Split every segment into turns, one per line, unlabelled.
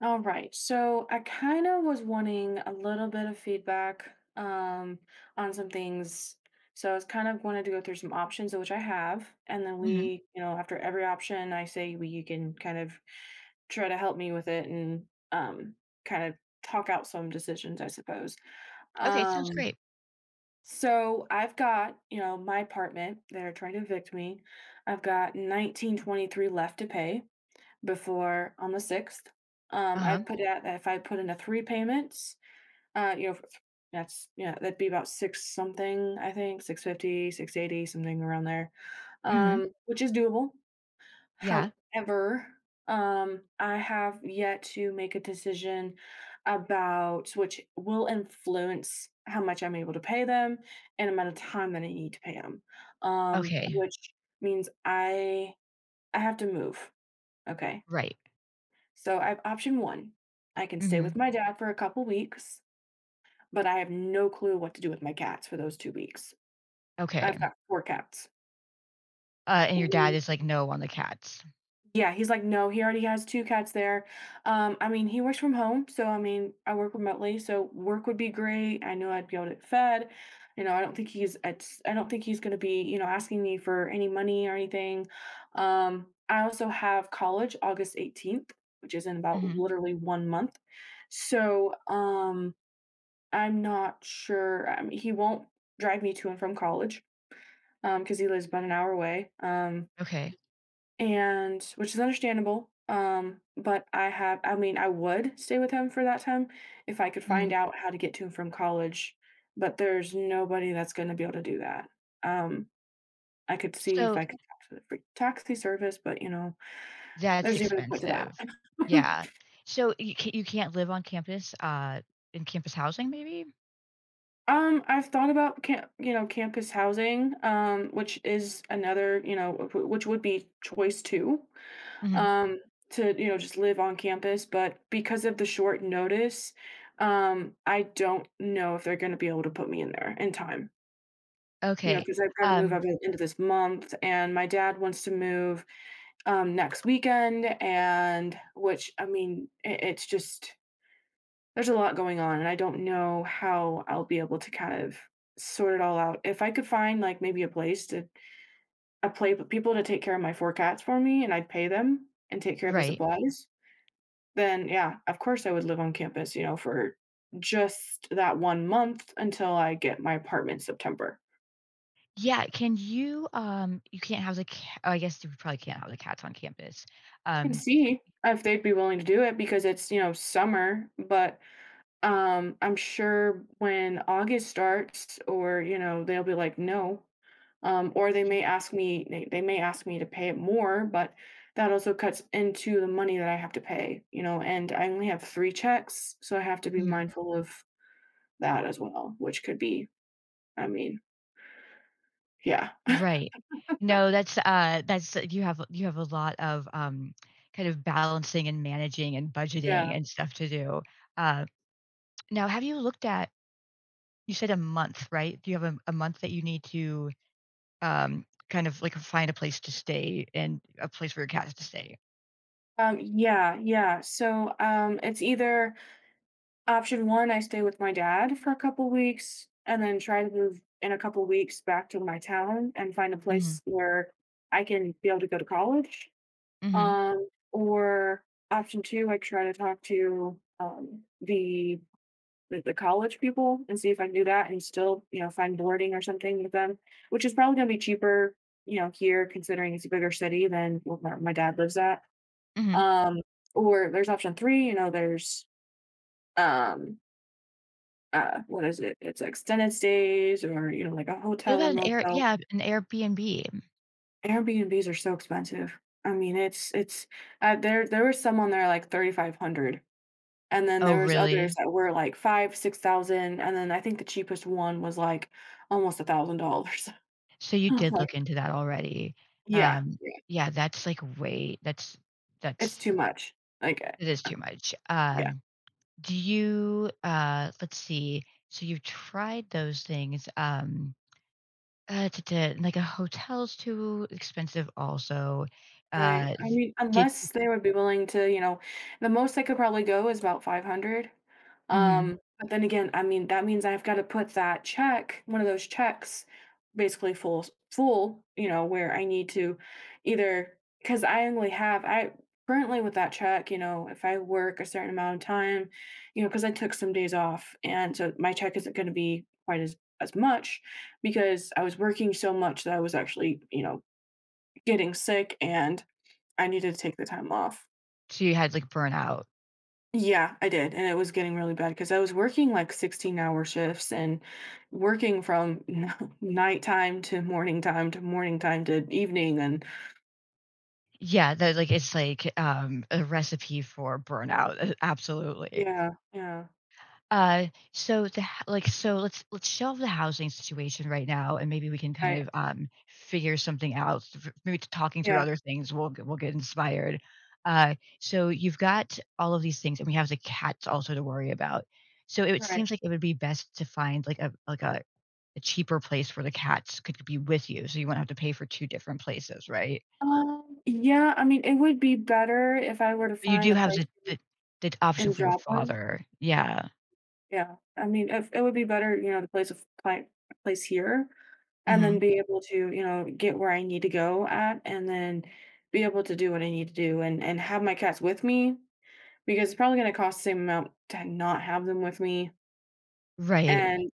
All right. So I kind of was wanting a little bit of feedback on some things. So I was kind of wanted to go through some options, which I have. And then
Mhm.
we, you know, after every option, I say we, you can kind of try to help me with it and um, kind of talk out some decisions, I suppose.
Okay, sounds
Um,
great.
Okay. So I've got, you know, my apartment. They're trying to evict me. I've got 1923 left to pay before on the 6th. I
Uh-huh.
put out that if I put in a three payments, you know, that's, yeah, that'd be about six something, I think, 650, 680, something around there.
Mhm.
Which is doable.
Yeah.
However, I have yet to make a decision about which will influence how much I'm able to pay them and amount of time that I need to pay them.
Okay.
Which means I have to move. Okay.
Right.
So I have option one. I can stay with
Mhm.
my dad for a couple weeks, but I have no clue what to do with my cats for those 2 weeks.
Okay.
I've got four cats.
And your dad
Mm,
is like, "No" on the cats.
yeah, he's like, no, he already has two cats there. I mean, he works from home, so I mean, I work remotely, so work would be great. I know I'd be able to get fed. You know, I don't think I don't think he's going to be, you know, asking me for any money or anything. I also have college August 18th, which is in about
Mhm.
literally one month. So, I'm not sure. He won't drive me to and from college because he lives about an hour away,
Okay.
and which is understandable. But I have, I mean, I would stay with him for that time if I could
Mhm.
find out how to get to and from college. But there's nobody that's going to be able to do that. Um, I could see if
So
I could talk to the free taxi service, but, you know,
that's
there's even a point to that.
expensive. Yeah. So, you can't live on campus, in campus housing maybe?
I've thought about you know, campus housing, which is another, you know, which would be choice two,
Mhm.
um, to, you know, just live on campus. But because of the short notice, I don't know if they're going to be able to put me in there in time, you know,
Okay.
because I've got to move up
Um,
at the end of this month and my dad wants to move, next weekend. And which, I mean, it's just, there's a lot going on, and I don't know how I'll be able to kind of sort it all out. If I could find, like, maybe a place to a play, people to take care of my four cats for me, and I'd pay them and take care of the
right.
supplies, then, yeah, of course, I would live on campus, you know, for just that one month until I get my apartment in September.
Yeah, can you, you can't house a ca oh, I guess you probably can't house the cats on campus.
I can
Um
see if they'd be willing to do it because it's, you know, summer, but, I'm sure when August starts or, you know, they'll be like, "No." Or they may ask me they may ask me to pay it more, but that also cuts into the money that I have to pay, you know, and I only have three checks, so I have to be
Mhm.
mindful of that as well, which could be, I mean, yeah.
Right. No, that's you have a lot of, kind of balancing and managing and budgeting
Yeah.
and stuff to do. Uh, Now have you looked at you said a month, right? Do you have a month that you need to, kind of like find a place to stay and a place for your cats to stay?
Yeah, yeah, so it's either option one, I stay with my dad for a couple weeks and then try to move in a couple weeks back to my town and find a
Mhm,
place where I can be able to go to college.
mhm,
Or option two, I try to talk to the the college people and see if I can do that and still, you know, find boarding or something with them, which is probably going to be cheaper, you know, here considering it's a bigger city than where my dad lives at.
mhm.
Um, or there's option three, you know, there's um, what is it? It's extended stays or, you know, like a
What
hotel
about
or
an Air
motel.
yeah, an Airbnb?
Airbnbs are so expensive. I mean, it's there. There was some on there like 3,500. And then
Oh,
there was others
really?
that were like 5, 6,000, and then I think the cheapest one was, like, almost $1,000.
So you
I was
did
like,
look into that already.
"Yeah,
Um,
yeah,
yeah, that's like way
it's
that's
too much." Like,
it is too much.
yeah.
Um, do you, let's see, so you tried those things, t t like a hotel's too expensive also,
Right. I
d
mean,
did you
unless they would be willing to, you know, the most I could probably go is about 500.
mhm,
But then again, I mean, that means I've got to put that check, one of those checks, basically full, full, you know, where I need to either, because I only have, I currently with that check, you know, if I work a certain amount of time, you know, because I took some days off. And so my check isn't going to be quite as much because I was working so much that I was actually, you know, getting sick and I needed to take the time off.
so you had, like, burnout.
Yeah, I did. And it was getting really bad because I was working like 16-hour shifts and working from nighttime to morning time to morning time to evening. And
Yeah, that, like it's like, a recipe for burnout, absolutely.
yeah, yeah,
Uh, so the h like, so let's shelve the housing situation right now, and maybe we can kind
right.
of, figure something out. Th Maybe talking through
Yeah,
other things, we'll get inspired. Uh, so you've got all of these things, and we have the cats also to worry about. So it
right.
seems like it would be best to find, like, a cheaper place where the cats could be with you, so you will not have to pay for 2 different places, right?
Yeah, I mean, it would be better if I were to
But you
find
do
a
have
place
the the option
in
for your
Joplin.
father. Yeah.
Yeah, I mean, if, it would be better, you know, the place of place here. And then
Mhm.
be able to, you know, get where I need to go at, and then be able to do what I need to do and have my cats with me, because it's probably gonna cost the same amount to not have them with me,
Right.
and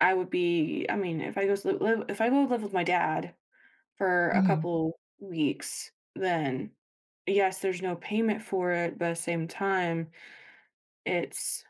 I would be I mean, if I go live with my dad for a
Mhm.
couple weeks, then yes, there's no payment for it, but at the same time, it's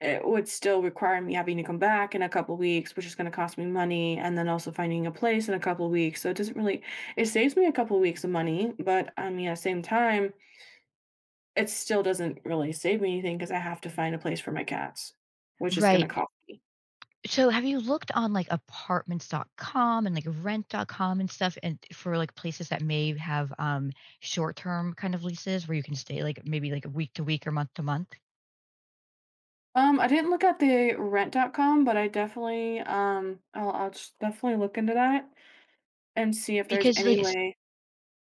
it would still require me having to come back in a couple weeks, which is going to cost me money, and then also finding a place in a couple weeks. So it doesn't really it saves me a couple weeks of money, but I mean at the same time, it still doesn't really save me anything because I have to find a place for my cats, which is going to
Right.
cost me.
So have you looked on, like, Apartments.com and, like, Rent.com and stuff and for, like, places that may have, short-term kind of leases where you can stay, like, maybe, like, week to week or month to month?
I didn't look at the Rent.com, but I definitely I'll just definitely look into that and see if there's
Because,
any
like,
way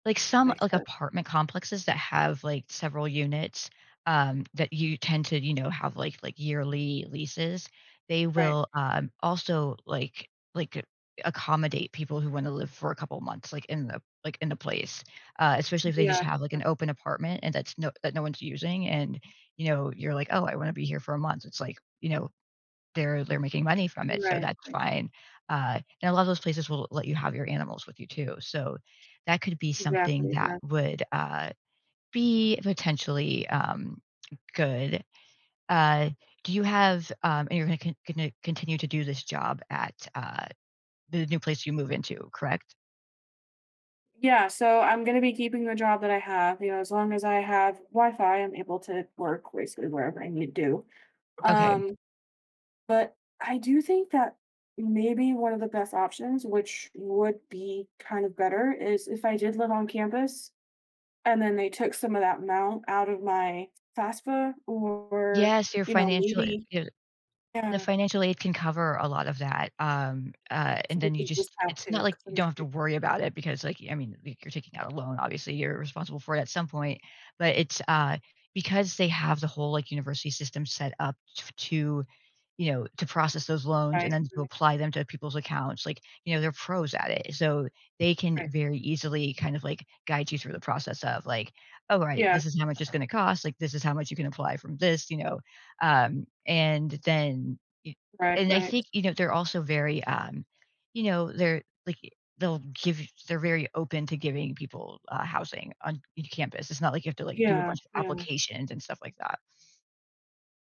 Like,
that
some,
I
like,
could.
apartment complexes that have, like, several units, that you tend to, you know, have, like, yearly leases, they
Right.
will, also, like, accommodate people who wanna live for a couple months, like, in the place, especially if they just
Yeah.
have, like, an open apartment and that no one's using, and, you know, you're like, "Oh, I wanna be here for a month." It's like, you know, they're making money from it, so
Right.
that's
Right.
fine. And a lot of those places will let you have your animals with you too, so that could be something
Exactly.
that
Yeah.
would, be potentially, good. Uh, do you have, and you're gonna con gonna continue to do this job at, the new place you move into, correct?
Yeah. So I'm gonna be keeping the job that I have. You know, as long as I have Wi-Fi, I'm able to work basically wherever I need to.
Okay.
Um, but I do think that maybe one of the best options, which would be kind of better, is if I did live on campus and then they took some of that amount out of my FAFSA or,
Yes, your
you know,
financial
maybe,
the
yeah,
financial aid can cover a lot of that,
so
and
we
then you
can
just
discount
it's not
too
like
'cause
you
I'm a
don't have to
student,
worry about it because, like, I mean, like, you're taking out a loan, obviously, you're responsible for it at some point, but it's, because they have the whole, like, university system set up t to you know, to process those loans and
right,
then to
right,
apply them to people's accounts, like, you know, they're pros at it. So they can
right.
very easily kind of like guide you through the process of like, "Oh, all right,
Yeah,
this is how much it's gonna cost, like, this is how much you can apply from this," you know, and then y
right,
and I
right.
think, you know, they're also very, you know, they're like, they'll give you they're very open to giving people, housing on campus. It's not like you have to, like, do a
Yeah,
bunch of
yeah.
applications and stuff like that.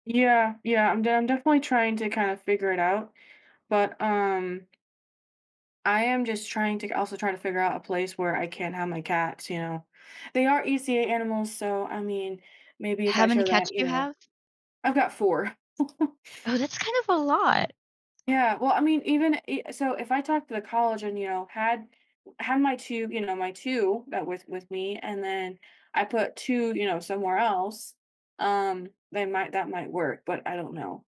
Yeah, yeah, I'm definitely trying to kind of figure it out, but, I am just trying to also try to figure out a place where I can have my cats, you know? They are ECA animals, so, I mean, maybe if
How
I
many
show that,
cats
you
do you
know.
have?
I've got four.
Oh, that's kind of a lot.
Yeah, well, I mean, even so, if I talked to the college and, you know, had my two, you know, my two that with me, and then I put two, you know, somewhere else, they might that might work, but I don't know.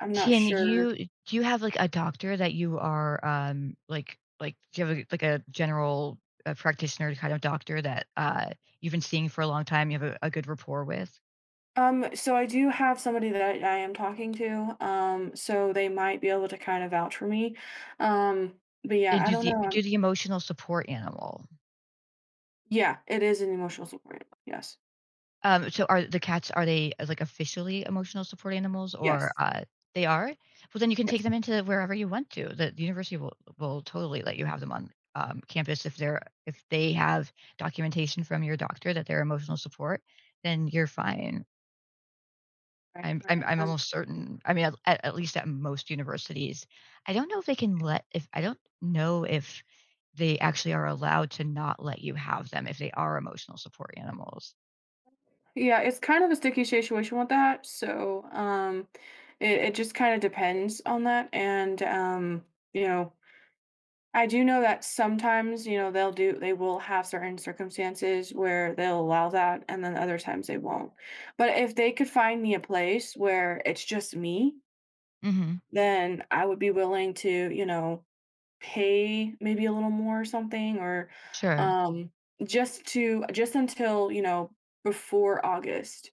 I'm not
Can
sure.
you do you have, like, a doctor that you are, like, do you have a like a general, practitioner kind of doctor that, you've been seeing for a long time, you have a good rapport with?
So I do have somebody that I am talking to, so they might be able to kind of vouch for me. But
And
yeah, I
do
don't know.
the do the emotional support animal.
Yeah, it is an emotional support. Yes,
So are the cats are they, like, officially emotional support animals or,
yes,
they are? Well, then you can take
yes.
them into wherever you want to. The university will totally let you have them on, campus if they're if they have documentation from your doctor that they're emotional support, then you're fine.
Okay. All
I'm
right.
almost certain. I mean, at least at most universities. I don't know if they actually are allowed to not let you have them if they are emotional support animals.
Yeah, it's kind of a sticky situation with that. So, it just kind of depends on that. And, you know, I do know that sometimes, you know, they will have certain circumstances where they'll allow that, and then other times they won't. But if they could find me a place where it's just me,
Mhm.
then I would be willing to, you know, pay maybe a little more or something, or,
Sure.
um, just until, you know, before August.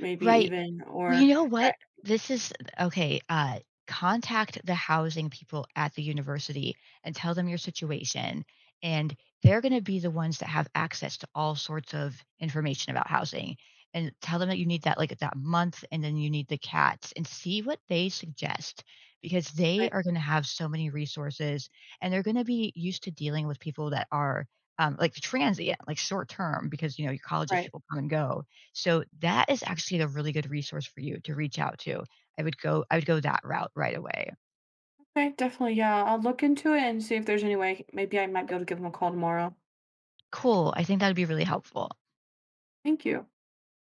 Maybe
Right.
even,
Well, you
or
know
right,
what? This is Okay, contact the housing people at the university and tell them your situation, and they're gonna be the ones that have access to all sorts of information about housing, and tell them that you need that, like, that month, and then you need the cats, and see what they suggest, because they
right,
are gonna have so many resources, and they're gonna be used to dealing with people that are, like, transient, like, short term, because, you know, your colleges,
right.
people come and go. So that is actually a really good resource for you to reach out to. I would go that route right away.
Okay, definitely, yeah, I'll look into it and see if there's any way maybe I might be able to give them a call tomorrow.
Cool. I think that would be really helpful.
Thank you.